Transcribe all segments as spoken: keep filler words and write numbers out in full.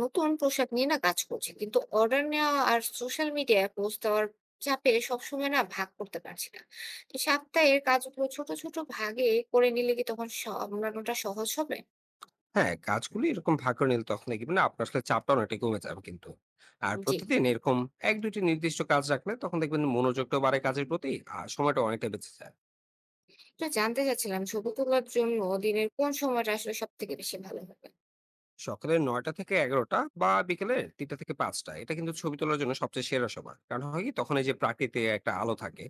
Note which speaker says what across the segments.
Speaker 1: নতুন পোশাক নিয়ে না কাজ করছি কিন্তু অর্ডার নেওয়া আর সোশ্যাল মিডিয়ায় পোস্ট দেওয়ার চাপে সবসময় না ভাগ করতে পারছি না। তো সপ্তাহের কাজগুলো ছোট ছোট ভাগে করে নিলে কি তখন সামলানোটা সহজ হবে?
Speaker 2: হ্যাঁ, কাজগুলো এরকম ভাগ করে নিলে তখন দেখবেন না আপনার আসলে চাপটা অনেকটাই কমে যাবে কিন্তু। আর
Speaker 1: জি।
Speaker 2: প্রতিদিন এরকম এক থেকে দুই টি নির্দিষ্ট কাজ রাখলে তখন দেখবেন মনোযোগটাও বাড়ে কাজের প্রতি আর সময়টা অনেকটা বেঁচে যায়।
Speaker 1: এটা জানতে চাচ্ছিলাম, ছবি তোলার জন্য দিনের কোন সময়টা আসলে সব থেকে বেশি ভালো হবে।
Speaker 2: সকালে নয়টা থেকে এগারোটা বা বিকেলে তিনটা থেকে পাঁচটা এটা কিন্তু ছবি তোলার জন্য সবচেয়ে সেরা সময়। কারণ হয় কি তখন এই যে প্রাকৃতিক একটা আলো থাকে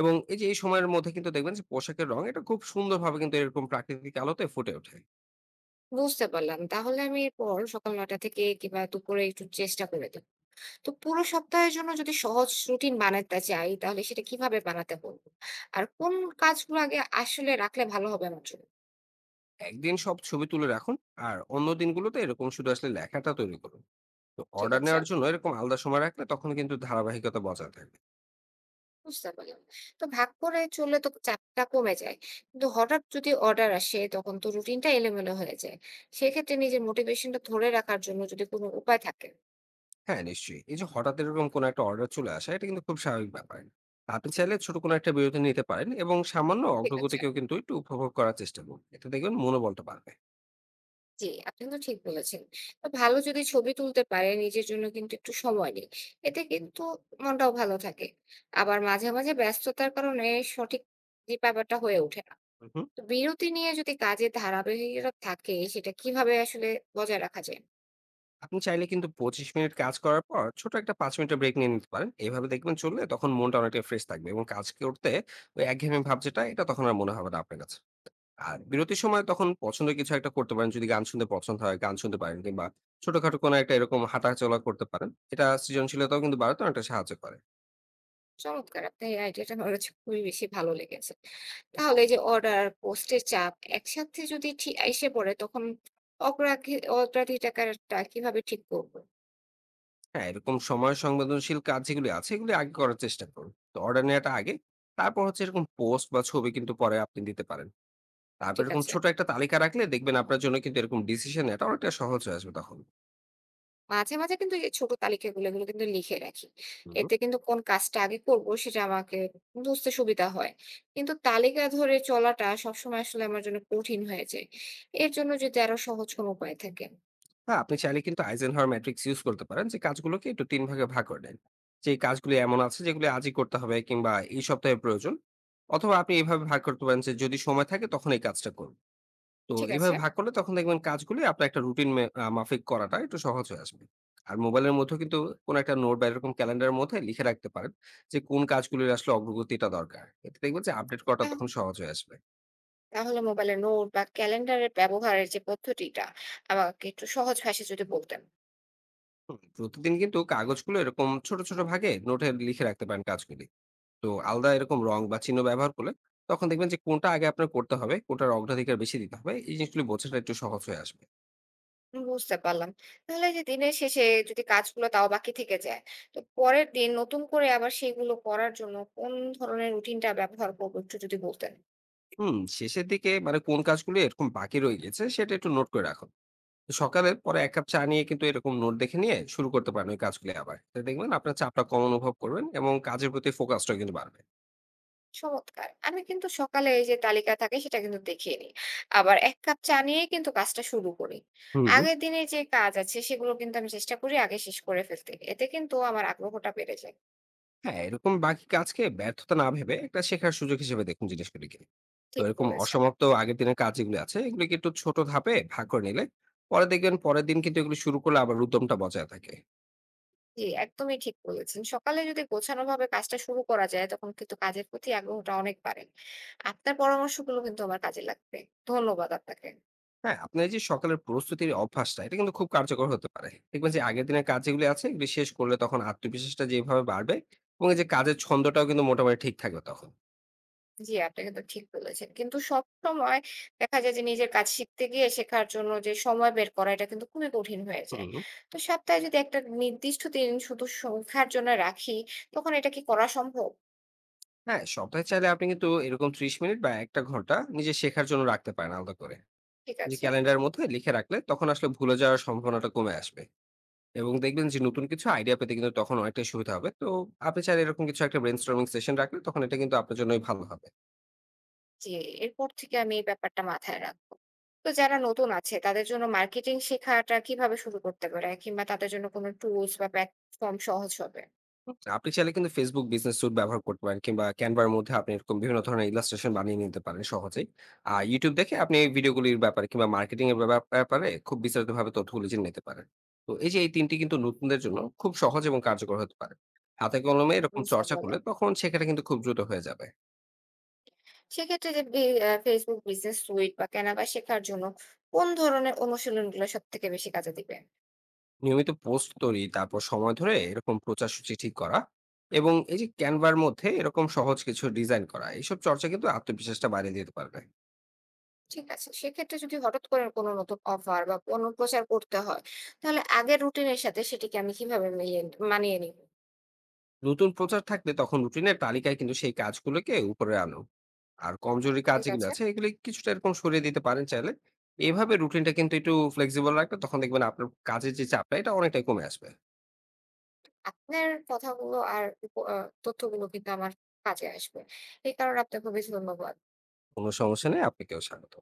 Speaker 2: এবং এই যে এই সময়ের মধ্যে কিন্তু দেখবেন যে পোশাকের রং এটা খুব সুন্দরভাবে কিন্তু এরকম প্রাকৃতিক আলোতে ফুটে ওঠে।
Speaker 1: বুঝতে পারলাম। তাহলে আমি এরপর সকাল নয়টা থেকে কিংবা দুপুরে একটু চেষ্টা করে দেব। তো পুরো সপ্তাহের জন্য যদি সহজ রুটিন বানাতে চাই, তাহলে সেটা কিভাবে বানাতে বলবো? আর কোন কাজগুলো আগে আসলে রাখলে ভালো হবে আমার জন্য?
Speaker 2: একদিন সব ছবি তুলে রাখুন আর অন্য দিনগুলোতে এরকম শুধু আসলে লেখাটা তৈরি করুন। তো
Speaker 1: ঠিক
Speaker 2: অর্ডার
Speaker 1: আছে,
Speaker 2: নেওয়ার জন্য এরকম আলাদা সময় রাখলে তখন কিন্তু ধারাবাহিকতা বজায় থাকবে।
Speaker 1: বুঝতে পারলাম। তো ভাগ করে চললে তো চাপটা কমে যায়। কিন্তু হঠাৎ যদি অর্ডার আসে তখন তো রুটিনটা এলোমেলো হয়ে যায়। সেক্ষেত্রে নিজের মোটিভেশনটা ধরে রাখার জন্য যদি কোনো উপায় থাকে।
Speaker 2: হ্যাঁ, নিশ্চয়ই এই যে হঠাৎ এরকম কোনো একটা অর্ডার চলে আসা এটা কিন্তু খুব স্বাভাবিক ব্যাপার। আপনি চাইলে ছোট কোনো একটা বিরতি নিতে পারেন এবং সামান্য
Speaker 1: ঠিক আছে?
Speaker 2: অগ্রগতিকেও কিন্তু একটু উপভোগ করার চেষ্টা করুন, এটা দেখবেন মনোবলটা বাড়বে।
Speaker 1: জি, আপনি তো ঠিক বলেছেন। তো ভালো যদি ছবি তুলতে পারে নিজের জন্য কিন্তু একটু সময় নেই। এতে কিন্তু মনটাও ভালো থাকে। আবার মাঝে, মাঝে ব্যস্ততার কারণে সঠিক যে ব্যাপারটা হয়ে ওঠে না।
Speaker 2: হুম।
Speaker 1: তো বিরতি নিয়ে যদি কাজের ধারাবাহিকতা থাকে, সেটা কিভাবে আসলে বজায় রাখা যায়?
Speaker 2: আপনি চাইলে কিন্তু পঁচিশ মিনিট কাজ করার পর ছোট একটা পাঁচ মিনিটের ব্রেক নিয়ে নিতে পারেন, এইভাবে দেখবেন চললে তখন মনটা অনেকটা ফ্রেশ থাকবে এবং কাজ করতে ওই একঘেয়েমি ভাব যেটা, এটা তখন আর মনে হবে না আপনার কাছে। আর বিরতির সময় তখন পছন্দের কিছু একটা করতে পারেন, যদি গান শুনতে পছন্দ হয় গান শুনতে পারেন, কিংবা ছোটখাটো কোনো একটা এরকম হাঁটা চলা করতে পারেন, এটা সৃজনশীলতাও কিন্তু বাড়াতে অনেকটা সাহায্য করে।
Speaker 1: চমৎকার! আপনার এই আইডিয়াটা আমার কাছে খুবই বেশি ভালো লেগেছে। তাহলে এই যে অর্ডার, পোস্টের চাপ একসাথে যদি ঠি এসে পড়ে তখন অগ্রাধি অগ্রাধিকারটা কিভাবে ঠিক করব?
Speaker 2: হ্যাঁ, এরকম সময় সংবেদনশীল কাজ যেগুলি আছে এগুলি আগে করার চেষ্টা করুন, তো অর্ডার নেওয়াটা আগে, তারপর হচ্ছে এরকম পোস্ট বা ছবি কিন্তু পরে আপনি দিতে পারেন। তারপর
Speaker 1: ঠিক
Speaker 2: এরকম
Speaker 1: আছে।
Speaker 2: ছোট একটা তালিকা রাখলে দেখবেন আপনার জন্য কিন্তু এরকম ডিসিশন এটা অনেকটা সহজ হয়ে আসবে তখন।
Speaker 1: মাঝে, মাঝে কিন্তু এই যে ছোট তালিকাগুলো এগুলো কিন্তু লিখে রাখি।
Speaker 2: হুম।
Speaker 1: এতে কিন্তু কোন কাজটা আগে করব সেটা আমাকে বুঝতে সুবিধা হয়। কিন্তু তালিকা ধরে চলাটা সবসময় আসলে আমার জন্য কঠিন হয়ে যায়। এর জন্য যদি আরো সহজ কোনো উপায় থাকে।
Speaker 2: না, আপনি চাইলে কিন্তু আইজেনহাওয়ার ম্যাট্রিক্স ইউজ করতে পারেন, যে কাজগুলোকে একটু তিন ভাগে ভাগ করে নেন। যে কাজগুলো এমন আছে যেগুলো আজই করতে হবে কিংবা এই সপ্তাহে প্রয়োজন, অথবা আপনি এভাবে ভাগ করতে পারেন যে যদি সময় থাকে তখন এই কাজটা করুন। তো
Speaker 1: ঠিক আছে।
Speaker 2: এভাবে ভাগ করলে তখন দেখবেন কাজগুলো আপনার একটা রুটিন মাফিক করাটা একটু সহজ হয়ে আসবে। আর মোবাইলের মধ্যে কিন্তু কোন একটা নোট বা এরকম ক্যালেন্ডারের মধ্যে লিখে রাখতে পারেন যে কোন কাজগুলোর আসলে অগ্রগতিটা দরকার, এতে দেখবেন যে আপডেট করাটা
Speaker 1: আ
Speaker 2: তখন সহজ হয়ে আসবে।
Speaker 1: তাহলে মোবাইলে নোট বা ক্যালেন্ডারের ব্যবহারের যে পদ্ধতিটা আমাকে একটু সহজ ভাষায় যদি বলতেন।
Speaker 2: হুম, প্রতিদিন কিন্তু কাগজগুলো এরকম ছোট ছোট ভাগে নোটে লিখে রাখতে পারেন কাজগুলি। তো আলাদা এরকম রং বা চিহ্ন ব্যবহার করলে তখন দেখবেন যে কোনটা আগে আপনার করতে হবে, কোনটার অগ্রাধিকার বেশি দিতে হবে। এই জিনিসগুলি বোঝাটা একটু সহজ হয়ে আসবে।
Speaker 1: আমি বুঝতে পারলাম। তাহলে এই যে দিনের শেষে যদি কাজগুলো তাও বাকি থেকে যায়, তো পরের দিন নতুন করে আবার সেগুলো করার জন্য কোন ধরনের রুটিনটা ব্যবহার করবো একটু যদি বলতেন।
Speaker 2: হুম, শেষের দিকে মানে কোন কাজগুলি এরকম বাকি রয়ে গেছে সেটা একটু নোট করে রাখুন। তো সকালের পরে এক কাপ চা নিয়ে কিন্তু এরকম নোট দেখে নিয়ে শুরু করতে পারেন ওই কাজগুলি আবার। তো দেখবেন আপনার চাপটা কম অনুভব করবেন এবং কাজের প্রতি ফোকাসটাও কিন্তু বাড়বে।
Speaker 1: চমৎকার! আমি কিন্তু সকালে এই যে তালিকা থাকে সেটা কিন্তু দেখিয়ে নিই, আবার এক কাপ চা নিয়ে কিন্তু কাজটা শুরু করি।
Speaker 2: হুম।
Speaker 1: আগের দিনের যে কাজ আছে সেগুলো কিন্তু আমি চেষ্টা করি আগে শেষ করে ফেলতে, এতে কিন্তু আমার আগ্রহটা বেড়ে যায়।
Speaker 2: হ্যাঁ, এরকম বাকি কাজকে ব্যর্থতা না ভেবে একটা শেখার সুযোগ হিসেবে দেখুন জিনিসগুলিকে। তো
Speaker 1: ঠিক
Speaker 2: এরকম
Speaker 1: বলেছেন।
Speaker 2: অসমাপ্ত আগের দিনের কাজ যেগুলো আছে, এগুলিকে একটু ছোট ধাপে ভাগ করে নিলে পরে দেখবেন পরের দিন কিন্তু এগুলো শুরু করলে আবার উদ্যমটা বজায় থাকে।
Speaker 1: জি, একদমই ঠিক বলেছেন। সকালে যদি গোছানোভাবে কাজটা শুরু করা যায়, তখন কিন্তু কাজের প্রতি আগ্রহটা অনেক বাড়ে। আপনার পরামর্শগুলো কিন্তু আমার কাজে লাগবে। ধন্যবাদ আপনাকে।
Speaker 2: হ্যাঁ, আপনার এই যে সকালের প্রস্তুতির অভ্যাসটা, এটা কিন্তু খুব কার্যকর হতে পারে। দেখবেন যে আগের দিনের কাজ যেগুলি আছে, এগুলি শেষ করলে তখন আত্মবিশ্বাসটা যেভাবে বাড়বে এবং এই যে কাজের ছন্দটাও কিন্তু মোটামুটি ঠিক থাকবে তখন।
Speaker 1: জি, আপনি কিন্তু ঠিক বলেছেন। কিন্তু সবসময় দেখা যায় যে নিজের কাজ শিখতে গিয়ে শেখার জন্য যে সময় বের করা, এটা কিন্তু খুবই কঠিন হয়ে যায়।
Speaker 2: হুম।
Speaker 1: তো সপ্তাহে যদি একটা নির্দিষ্ট দিন শুধু সংখ্যার জন্য রাখি, তখন এটা কি করা সম্ভব?
Speaker 2: হ্যাঁ, সপ্তাহে চাইলে আপনি কিন্তু এরকম ত্রিশ মিনিট বা এক টা ঘন্টা নিজের শেখার জন্য রাখতে পারেন আলাদা করে।
Speaker 1: ঠিক
Speaker 2: যে
Speaker 1: আছে।
Speaker 2: ক্যালেন্ডারের মধ্যে লিখে রাখলে তখন আসলে ভুলে যাওয়ার সম্ভাবনাটা কমে আসবে এবং দেখবেন যে নতুন কিছু আইডিয়া পেতে কিন্তু তখন অনেকটাই সুবিধা হবে। তো আপনি চাইলে এরকম কিছু একটা ব্রেনস্টর্মিং সেশন রাখলে তখন এটা কিন্তু আপনার জন্যই ভালো হবে।
Speaker 1: জি, এরপর থেকে আমি এই ব্যাপারটা মাথায় রাখবো। তো যারা নতুন আছে তাদের জন্য মার্কেটিং শেখাটা কিভাবে শুরু করতে পারে? কিংবা তাদের জন্য কোনো টুলস বা প্ল্যাটফর্ম সহজ হবে?
Speaker 2: হুম, আপনি চাইলে কিন্তু ফেসবুক বিজনেস স্যুট ব্যবহার করতে পারেন, কিংবা ক্যানভার মধ্যে আপনি এরকম বিভিন্ন ধরনের ইলাস্ট্রেশন বানিয়ে নিতে পারেন সহজেই। আর ইউটিউব দেখে আপনি এই ভিডিওগুলির ব্যাপারে কিংবা মার্কেটিং এর ব্যাপার- ব্যাপারে খুব বিস্তারিতভাবে তথ্যগুলি জেনে নিতে পারেন। তো এই যে এই তিনটি কিন্তু নতুনদের জন্য খুব সহজ এবং কার্যকর হতে পারে। হাতে কলমে এরকম
Speaker 1: বুঝতে
Speaker 2: চর্চা করলে
Speaker 1: পারলাম।
Speaker 2: তখন সেখানে কিন্তু খুব দ্রুত হয়ে যাবে।
Speaker 1: সেক্ষেত্রে যে বে আ ফেসবুক বিজনেস সুইট বা কেনাবেচা শেখার জন্য কোন ধরনের অনুশীলনগুলো সবথেকে বেশি কাজে দিবে?
Speaker 2: নিয়মিত পোস্ট তৈরি, তারপর সময় ধরে এরকম প্রচার সূচি ঠিক করা এবং এই যে ক্যানভার মধ্যে এরকম সহজ কিছু ডিজাইন করা, এইসব চর্চা কিন্তু আত্মবিশ্বাসটা বাড়িয়ে দিতে পারবে।
Speaker 1: ঠিক আছে। সেক্ষেত্রে যদি হঠাৎ করে কোনো নতুন অফার বা পণ্য প্রচার করতে হয়, তাহলে আগের রুটিনের সাথে সেটিকে আমি কিভাবে মিলিয়ে মানিয়ে নিব?
Speaker 2: নতুন প্রচার থাকলে তখন রুটিনের তালিকায় কিন্তু সেই কাজগুলোকে উপরে আনো। আর কমজোরি কাজ
Speaker 1: ঠিক
Speaker 2: যেগুলো
Speaker 1: আছে।
Speaker 2: আছে এগুলি কিছুটা এরকম সরিয়ে দিতে পারেন চাইলে। এভাবে রুটিনটা কিন্তু একটু ফ্লেক্সিবল রাখলে তখন দেখবেন আপনার কাজের যে চাপটা, এটা অনেকটাই কমে আসবে।
Speaker 1: আপনার কথাগুলো আর উপ আ তথ্যগুলো কিন্তু আমার কাজে আসবে। এই কারণে আপনাকে খুবই ধন্যবাদ।
Speaker 2: কোনো সমস্যা নেই, আপনাকেও স্বাগত।